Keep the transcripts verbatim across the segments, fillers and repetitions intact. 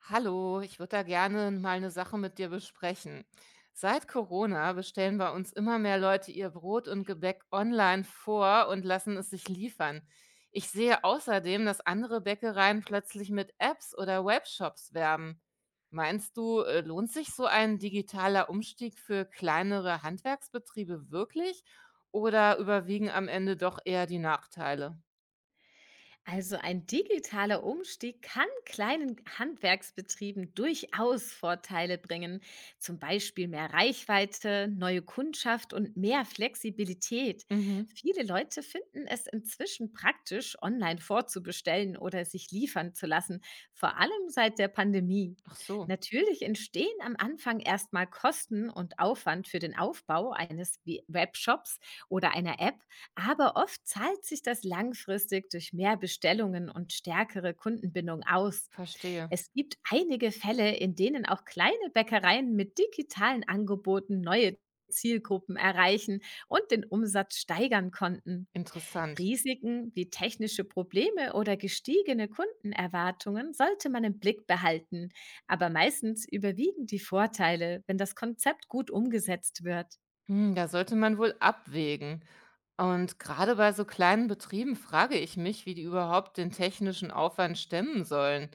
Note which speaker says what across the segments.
Speaker 1: Hallo, ich würde da gerne mal eine Sache mit dir besprechen. Seit Corona bestellen bei uns immer mehr Leute ihr Brot und Gebäck online vor und lassen es sich liefern. Ich sehe außerdem, dass andere Bäckereien plötzlich mit Apps oder Webshops werben. Meinst du, äh, lohnt sich so ein digitaler Umstieg für kleinere Handwerksbetriebe wirklich oder überwiegen am Ende doch eher die Nachteile?
Speaker 2: Also ein digitaler Umstieg kann kleinen Handwerksbetrieben durchaus Vorteile bringen, zum Beispiel mehr Reichweite, neue Kundschaft und mehr Flexibilität.
Speaker 1: Mhm.
Speaker 2: Viele Leute finden es inzwischen praktisch, online vorzubestellen oder sich liefern zu lassen, vor allem seit der Pandemie.
Speaker 1: Ach so,
Speaker 2: Natürlich entstehen am Anfang erstmal Kosten und Aufwand für den Aufbau eines We- Webshops oder einer App, aber oft zahlt sich das langfristig durch mehr Bestellungen und stärkere Kundenbindung aus.
Speaker 1: verstehe.
Speaker 2: Es gibt einige Fälle, in denen auch kleine Bäckereien mit digitalen Angeboten neue Zielgruppen erreichen und den Umsatz steigern konnten.
Speaker 1: Interessant.
Speaker 2: Risiken wie technische Probleme oder gestiegene Kundenerwartungen sollte man im Blick behalten, aber meistens überwiegen die Vorteile, wenn das Konzept gut umgesetzt wird.
Speaker 1: Hm, da sollte man wohl abwägen. Und gerade bei so kleinen Betrieben frage ich mich, wie die überhaupt den technischen Aufwand stemmen sollen.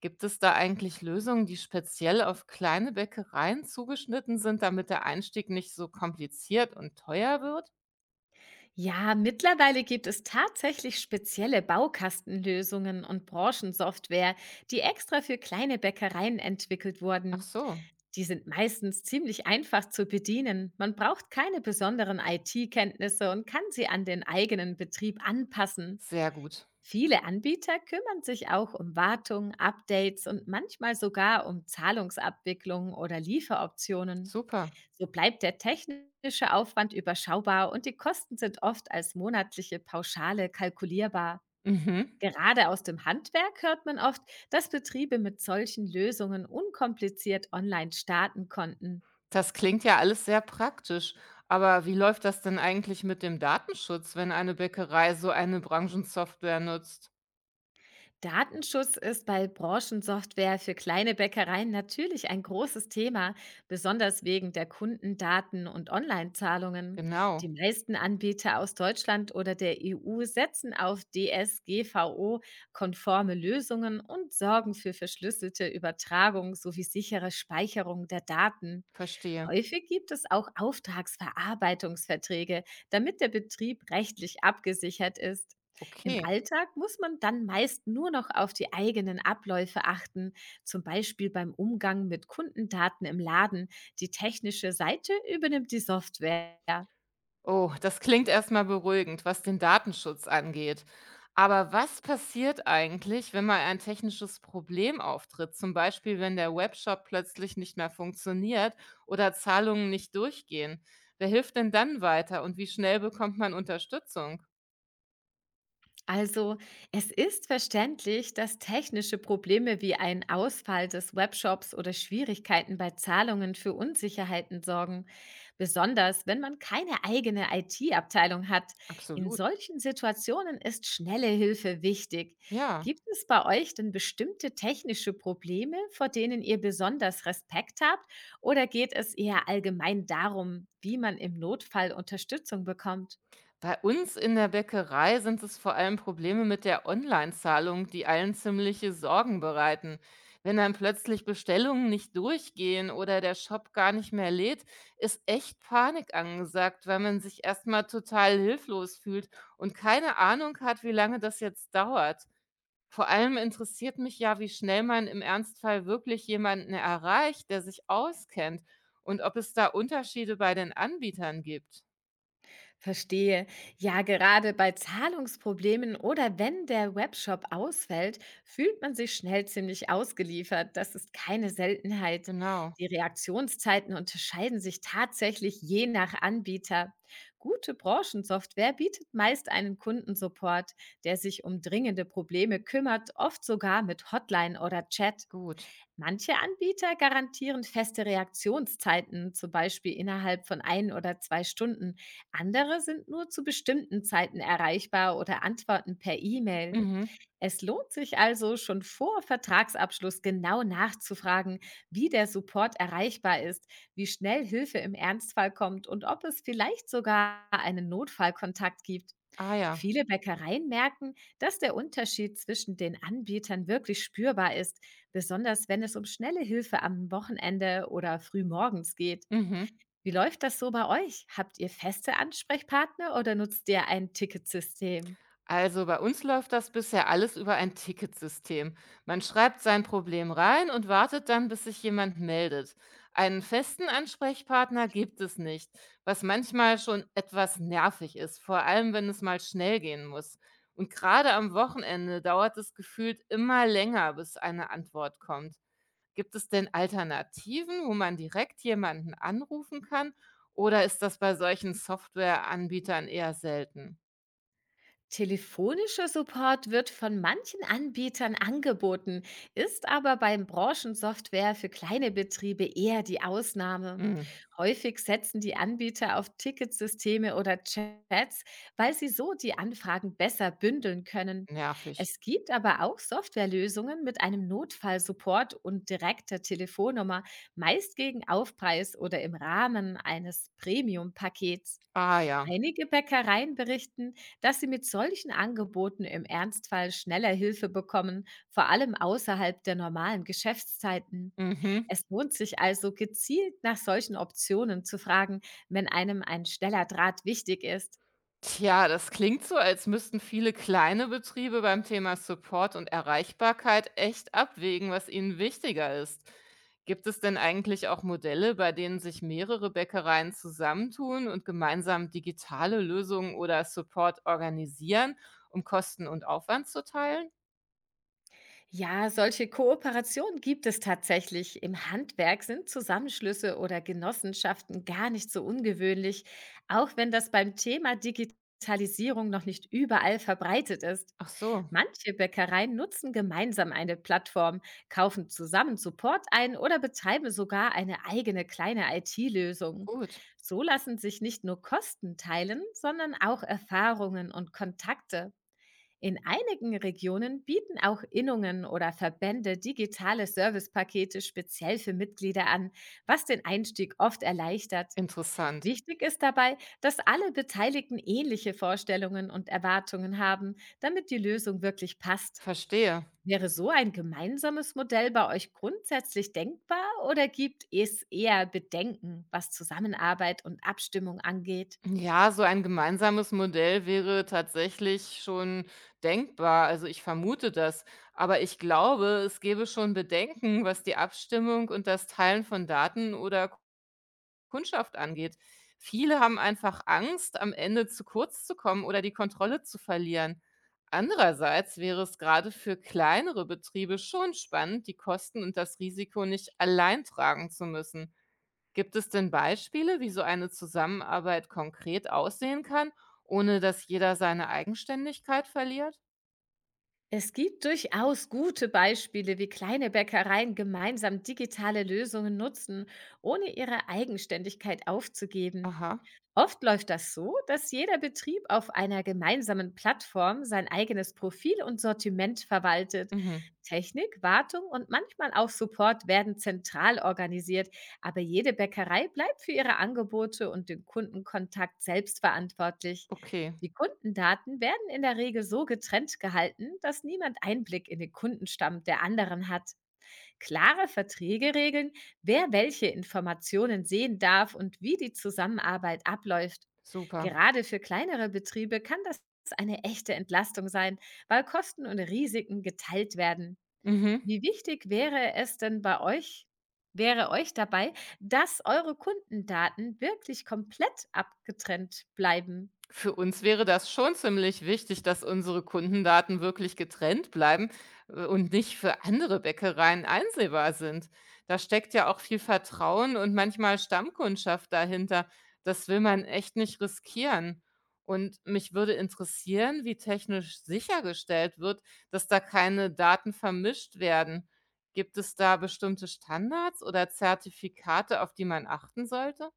Speaker 1: Gibt es da eigentlich Lösungen, die speziell auf kleine Bäckereien zugeschnitten sind, damit der Einstieg nicht so kompliziert und teuer wird?
Speaker 2: Ja, mittlerweile gibt es tatsächlich spezielle Baukastenlösungen und Branchensoftware, die extra für kleine Bäckereien entwickelt
Speaker 1: Ach
Speaker 2: wurden.
Speaker 1: so,
Speaker 2: Die sind meistens ziemlich einfach zu bedienen. Man braucht keine besonderen I T-Kenntnisse und kann sie an den eigenen Betrieb anpassen.
Speaker 1: sehr gut.
Speaker 2: Viele Anbieter kümmern sich auch um Wartung, Updates und manchmal sogar um Zahlungsabwicklung oder Lieferoptionen.
Speaker 1: Super.
Speaker 2: So bleibt der technische Aufwand überschaubar und die Kosten sind oft als monatliche Pauschale kalkulierbar.
Speaker 1: Mhm.
Speaker 2: Gerade aus dem Handwerk hört man oft, dass Betriebe mit solchen Lösungen unkompliziert online starten konnten.
Speaker 1: Das klingt ja alles sehr praktisch. Aber wie läuft das denn eigentlich mit dem Datenschutz, wenn eine Bäckerei so eine Branchensoftware nutzt?
Speaker 2: Datenschutz ist bei Branchensoftware für kleine Bäckereien natürlich ein großes Thema, besonders wegen der Kundendaten und Online-Zahlungen.
Speaker 1: Genau,
Speaker 2: Die meisten Anbieter aus Deutschland oder der E U setzen auf D S G V O-konforme Lösungen und sorgen für verschlüsselte Übertragung sowie sichere Speicherung der Daten.
Speaker 1: verstehe.
Speaker 2: Häufig gibt es auch Auftragsverarbeitungsverträge, damit der Betrieb rechtlich abgesichert ist. Im
Speaker 1: Okay.
Speaker 2: Alltag muss man dann meist nur noch auf die eigenen Abläufe achten, zum Beispiel beim Umgang mit Kundendaten im Laden. Die technische Seite übernimmt die Software.
Speaker 1: Oh, das klingt erst mal beruhigend, was den Datenschutz angeht. Aber was passiert eigentlich, wenn mal ein technisches Problem auftritt? Zum Beispiel, wenn der Webshop plötzlich nicht mehr funktioniert oder Zahlungen nicht durchgehen. Wer hilft denn dann weiter und wie schnell bekommt man Unterstützung?
Speaker 2: Also, es ist verständlich, dass technische Probleme wie ein Ausfall des Webshops oder Schwierigkeiten bei Zahlungen für Unsicherheiten sorgen, besonders wenn man keine eigene I T-Abteilung hat. In
Speaker 1: Absolut.
Speaker 2: solchen Situationen ist schnelle Hilfe wichtig.
Speaker 1: Ja.
Speaker 2: Gibt es bei euch denn bestimmte technische Probleme, vor denen ihr besonders Respekt habt, oder geht es eher allgemein darum, wie man im Notfall Unterstützung bekommt?
Speaker 1: Bei uns in der Bäckerei sind es vor allem Probleme mit der Online-Zahlung, die allen ziemliche Sorgen bereiten. Wenn dann plötzlich Bestellungen nicht durchgehen oder der Shop gar nicht mehr lädt, ist echt Panik angesagt, weil man sich erstmal total hilflos fühlt und keine Ahnung hat, wie lange das jetzt dauert. Vor allem interessiert mich ja, wie schnell man im Ernstfall wirklich jemanden erreicht, der sich auskennt und ob es da Unterschiede bei den Anbietern gibt.
Speaker 2: Verstehe. Ja, gerade bei Zahlungsproblemen oder wenn der Webshop ausfällt, fühlt man sich schnell ziemlich ausgeliefert. Das ist keine Seltenheit.
Speaker 1: Genau,
Speaker 2: Die Reaktionszeiten unterscheiden sich tatsächlich je nach Anbieter. Gute Branchensoftware bietet meist einen Kundensupport, der sich um dringende Probleme kümmert, oft sogar mit Hotline oder Chat.
Speaker 1: gut.
Speaker 2: Manche Anbieter garantieren feste Reaktionszeiten, zum Beispiel innerhalb von ein oder zwei Stunden. Andere sind nur zu bestimmten Zeiten erreichbar oder antworten per E-Mail.
Speaker 1: Mhm.
Speaker 2: Es lohnt sich also schon vor Vertragsabschluss genau nachzufragen, wie der Support erreichbar ist, wie schnell Hilfe im Ernstfall kommt und ob es vielleicht sogar einen Notfallkontakt gibt.
Speaker 1: Ah ja.
Speaker 2: Viele Bäckereien merken, dass der Unterschied zwischen den Anbietern wirklich spürbar ist, besonders wenn es um schnelle Hilfe am Wochenende oder frühmorgens geht.
Speaker 1: Mhm.
Speaker 2: Wie läuft das so bei euch? Habt ihr feste Ansprechpartner oder nutzt ihr ein Ticketsystem?
Speaker 1: Also bei uns läuft das bisher alles über ein Ticketsystem. Man schreibt sein Problem rein und wartet dann, bis sich jemand meldet. Einen festen Ansprechpartner gibt es nicht, was manchmal schon etwas nervig ist, vor allem wenn es mal schnell gehen muss. Und gerade am Wochenende dauert es gefühlt immer länger, bis eine Antwort kommt. Gibt es denn Alternativen, wo man direkt jemanden anrufen kann, oder ist das bei solchen Softwareanbietern eher selten?
Speaker 2: Telefonischer Support wird von manchen Anbietern angeboten, ist aber beim Branchensoftware für kleine Betriebe eher die Ausnahme.
Speaker 1: Hm,
Speaker 2: Häufig setzen die Anbieter auf Ticketsysteme oder Chats, weil sie so die Anfragen besser bündeln können.
Speaker 1: nervig.
Speaker 2: Es gibt aber auch Softwarelösungen mit einem Notfallsupport und direkter Telefonnummer, meist gegen Aufpreis oder im Rahmen eines Premium-Pakets.
Speaker 1: Ah ja.
Speaker 2: Einige Bäckereien berichten, dass sie mit solchen Angeboten im Ernstfall schneller Hilfe bekommen, vor allem außerhalb der normalen Geschäftszeiten.
Speaker 1: Mhm.
Speaker 2: Es lohnt sich also gezielt nach solchen Optionen zu fragen, wenn einem ein schneller Draht wichtig ist.
Speaker 1: Tja, das klingt so, als müssten viele kleine Betriebe beim Thema Support und Erreichbarkeit echt abwägen, was ihnen wichtiger ist. Gibt es denn eigentlich auch Modelle, bei denen sich mehrere Bäckereien zusammentun und gemeinsam digitale Lösungen oder Support organisieren, um Kosten und Aufwand zu teilen?
Speaker 2: Ja, solche Kooperationen gibt es tatsächlich. Im Handwerk sind Zusammenschlüsse oder Genossenschaften gar nicht so ungewöhnlich, auch wenn das beim Thema Digitalisierung noch nicht überall verbreitet ist.
Speaker 1: Ach so,
Speaker 2: Manche Bäckereien nutzen gemeinsam eine Plattform, kaufen zusammen Support ein oder betreiben sogar eine eigene kleine I T-Lösung.
Speaker 1: gut,
Speaker 2: So lassen sich nicht nur Kosten teilen, sondern auch Erfahrungen und Kontakte. In einigen Regionen bieten auch Innungen oder Verbände digitale Servicepakete speziell für Mitglieder an, was den Einstieg oft erleichtert.
Speaker 1: interessant,
Speaker 2: Wichtig ist dabei, dass alle Beteiligten ähnliche Vorstellungen und Erwartungen haben, damit die Lösung wirklich passt.
Speaker 1: verstehe.
Speaker 2: Wäre so ein gemeinsames Modell bei euch grundsätzlich denkbar oder gibt es eher Bedenken, was Zusammenarbeit und Abstimmung angeht?
Speaker 1: Ja, so ein gemeinsames Modell wäre tatsächlich schon denkbar. Also ich vermute das. Aber ich glaube, es gäbe schon Bedenken, was die Abstimmung und das Teilen von Daten oder Kundschaft angeht. Viele haben einfach Angst, am Ende zu kurz zu kommen oder die Kontrolle zu verlieren. Andererseits wäre es gerade für kleinere Betriebe schon spannend, die Kosten und das Risiko nicht allein tragen zu müssen. Gibt es denn Beispiele, wie so eine Zusammenarbeit konkret aussehen kann, ohne dass jeder seine Eigenständigkeit verliert?
Speaker 2: Es gibt durchaus gute Beispiele, wie kleine Bäckereien gemeinsam digitale Lösungen nutzen, ohne ihre Eigenständigkeit aufzugeben.
Speaker 1: Aha,
Speaker 2: Oft läuft das so, dass jeder Betrieb auf einer gemeinsamen Plattform sein eigenes Profil und Sortiment verwaltet.
Speaker 1: mhm,
Speaker 2: Technik, Wartung und manchmal auch Support werden zentral organisiert, aber jede Bäckerei bleibt für ihre Angebote und den Kundenkontakt selbst verantwortlich.
Speaker 1: okay,
Speaker 2: Die Kundendaten werden in der Regel so getrennt gehalten, dass niemand Einblick in den Kundenstamm der anderen hat. Klare Verträge regeln, wer welche Informationen sehen darf und wie die Zusammenarbeit abläuft.
Speaker 1: super.
Speaker 2: Gerade für kleinere Betriebe kann das eine echte Entlastung sein, weil Kosten und Risiken geteilt werden.
Speaker 1: Mhm.
Speaker 2: Wie wichtig wäre es denn bei euch, wäre euch dabei, dass eure Kundendaten wirklich komplett abgetrennt bleiben?
Speaker 1: Für uns wäre das schon ziemlich wichtig, dass unsere Kundendaten wirklich getrennt bleiben äh, und nicht für andere Bäckereien einsehbar sind. Da steckt ja auch viel Vertrauen und manchmal Stammkundschaft dahinter. Das will man echt nicht riskieren. Und mich würde interessieren, wie technisch sichergestellt wird, dass da keine Daten vermischt werden. Gibt es da bestimmte Standards oder Zertifikate, auf die man achten sollte?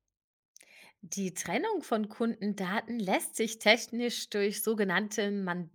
Speaker 2: Die Trennung von Kundendaten lässt sich technisch durch sogenannte Man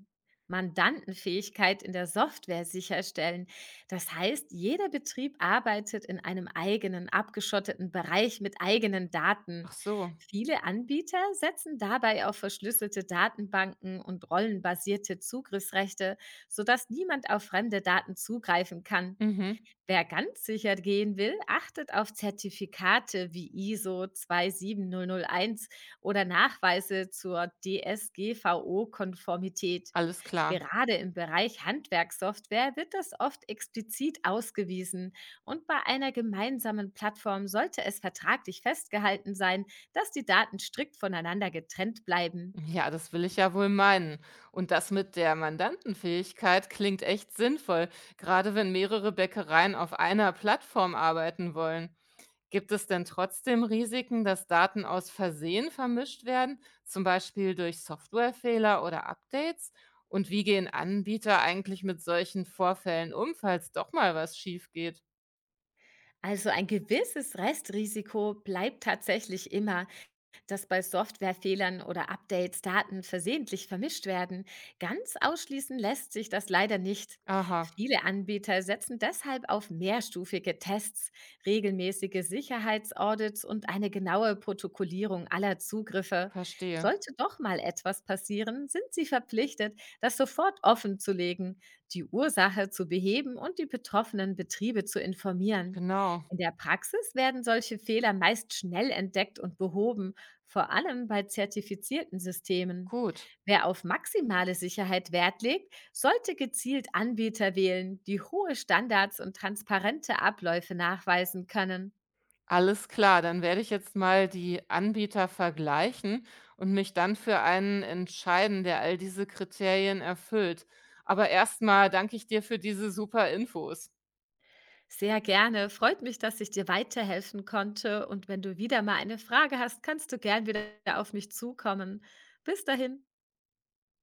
Speaker 2: Mandantenfähigkeit in der Software sicherstellen. Das heißt, jeder Betrieb arbeitet in einem eigenen, abgeschotteten Bereich mit eigenen Daten.
Speaker 1: Ach so,
Speaker 2: Viele Anbieter setzen dabei auf verschlüsselte Datenbanken und rollenbasierte Zugriffsrechte, sodass niemand auf fremde Daten zugreifen kann.
Speaker 1: mhm.
Speaker 2: Wer ganz sicher gehen will, achtet auf Zertifikate wie ISO zwei sieben null null eins oder Nachweise zur D S G V O-Konformität.
Speaker 1: Alles klar.
Speaker 2: Gerade im Bereich Handwerkssoftware wird das oft explizit ausgewiesen und bei einer gemeinsamen Plattform sollte es vertraglich festgehalten sein, dass die Daten strikt voneinander getrennt bleiben.
Speaker 1: Ja, das will ich ja wohl meinen. Und das mit der Mandantenfähigkeit klingt echt sinnvoll, gerade wenn mehrere Bäckereien auf einer Plattform arbeiten wollen. Gibt es denn trotzdem Risiken, dass Daten aus Versehen vermischt werden, zum Beispiel durch Softwarefehler oder Updates? Und wie gehen Anbieter eigentlich mit solchen Vorfällen um, falls doch mal was schief geht?
Speaker 2: Also ein gewisses Restrisiko bleibt tatsächlich immer, dass bei Softwarefehlern oder Updates Daten versehentlich vermischt werden. Ganz ausschließen lässt sich das leider nicht.
Speaker 1: Aha,
Speaker 2: Viele Anbieter setzen deshalb auf mehrstufige Tests, regelmäßige Sicherheitsaudits und eine genaue Protokollierung aller Zugriffe.
Speaker 1: verstehe.
Speaker 2: Sollte doch mal etwas passieren, sind sie verpflichtet, das sofort offenzulegen, die Ursache zu beheben und die betroffenen Betriebe zu informieren.
Speaker 1: Genau.
Speaker 2: In der Praxis werden solche Fehler meist schnell entdeckt und behoben, vor allem bei zertifizierten Systemen.
Speaker 1: Gut.
Speaker 2: Wer auf maximale Sicherheit Wert legt, sollte gezielt Anbieter wählen, die hohe Standards und transparente Abläufe nachweisen können.
Speaker 1: Alles klar, dann werde ich jetzt mal die Anbieter vergleichen und mich dann für einen entscheiden, der all diese Kriterien erfüllt. Aber erstmal danke ich dir für diese super Infos.
Speaker 2: Sehr gerne, freut mich, dass ich dir weiterhelfen konnte und wenn du wieder mal eine Frage hast, kannst du gern wieder auf mich zukommen. Bis dahin.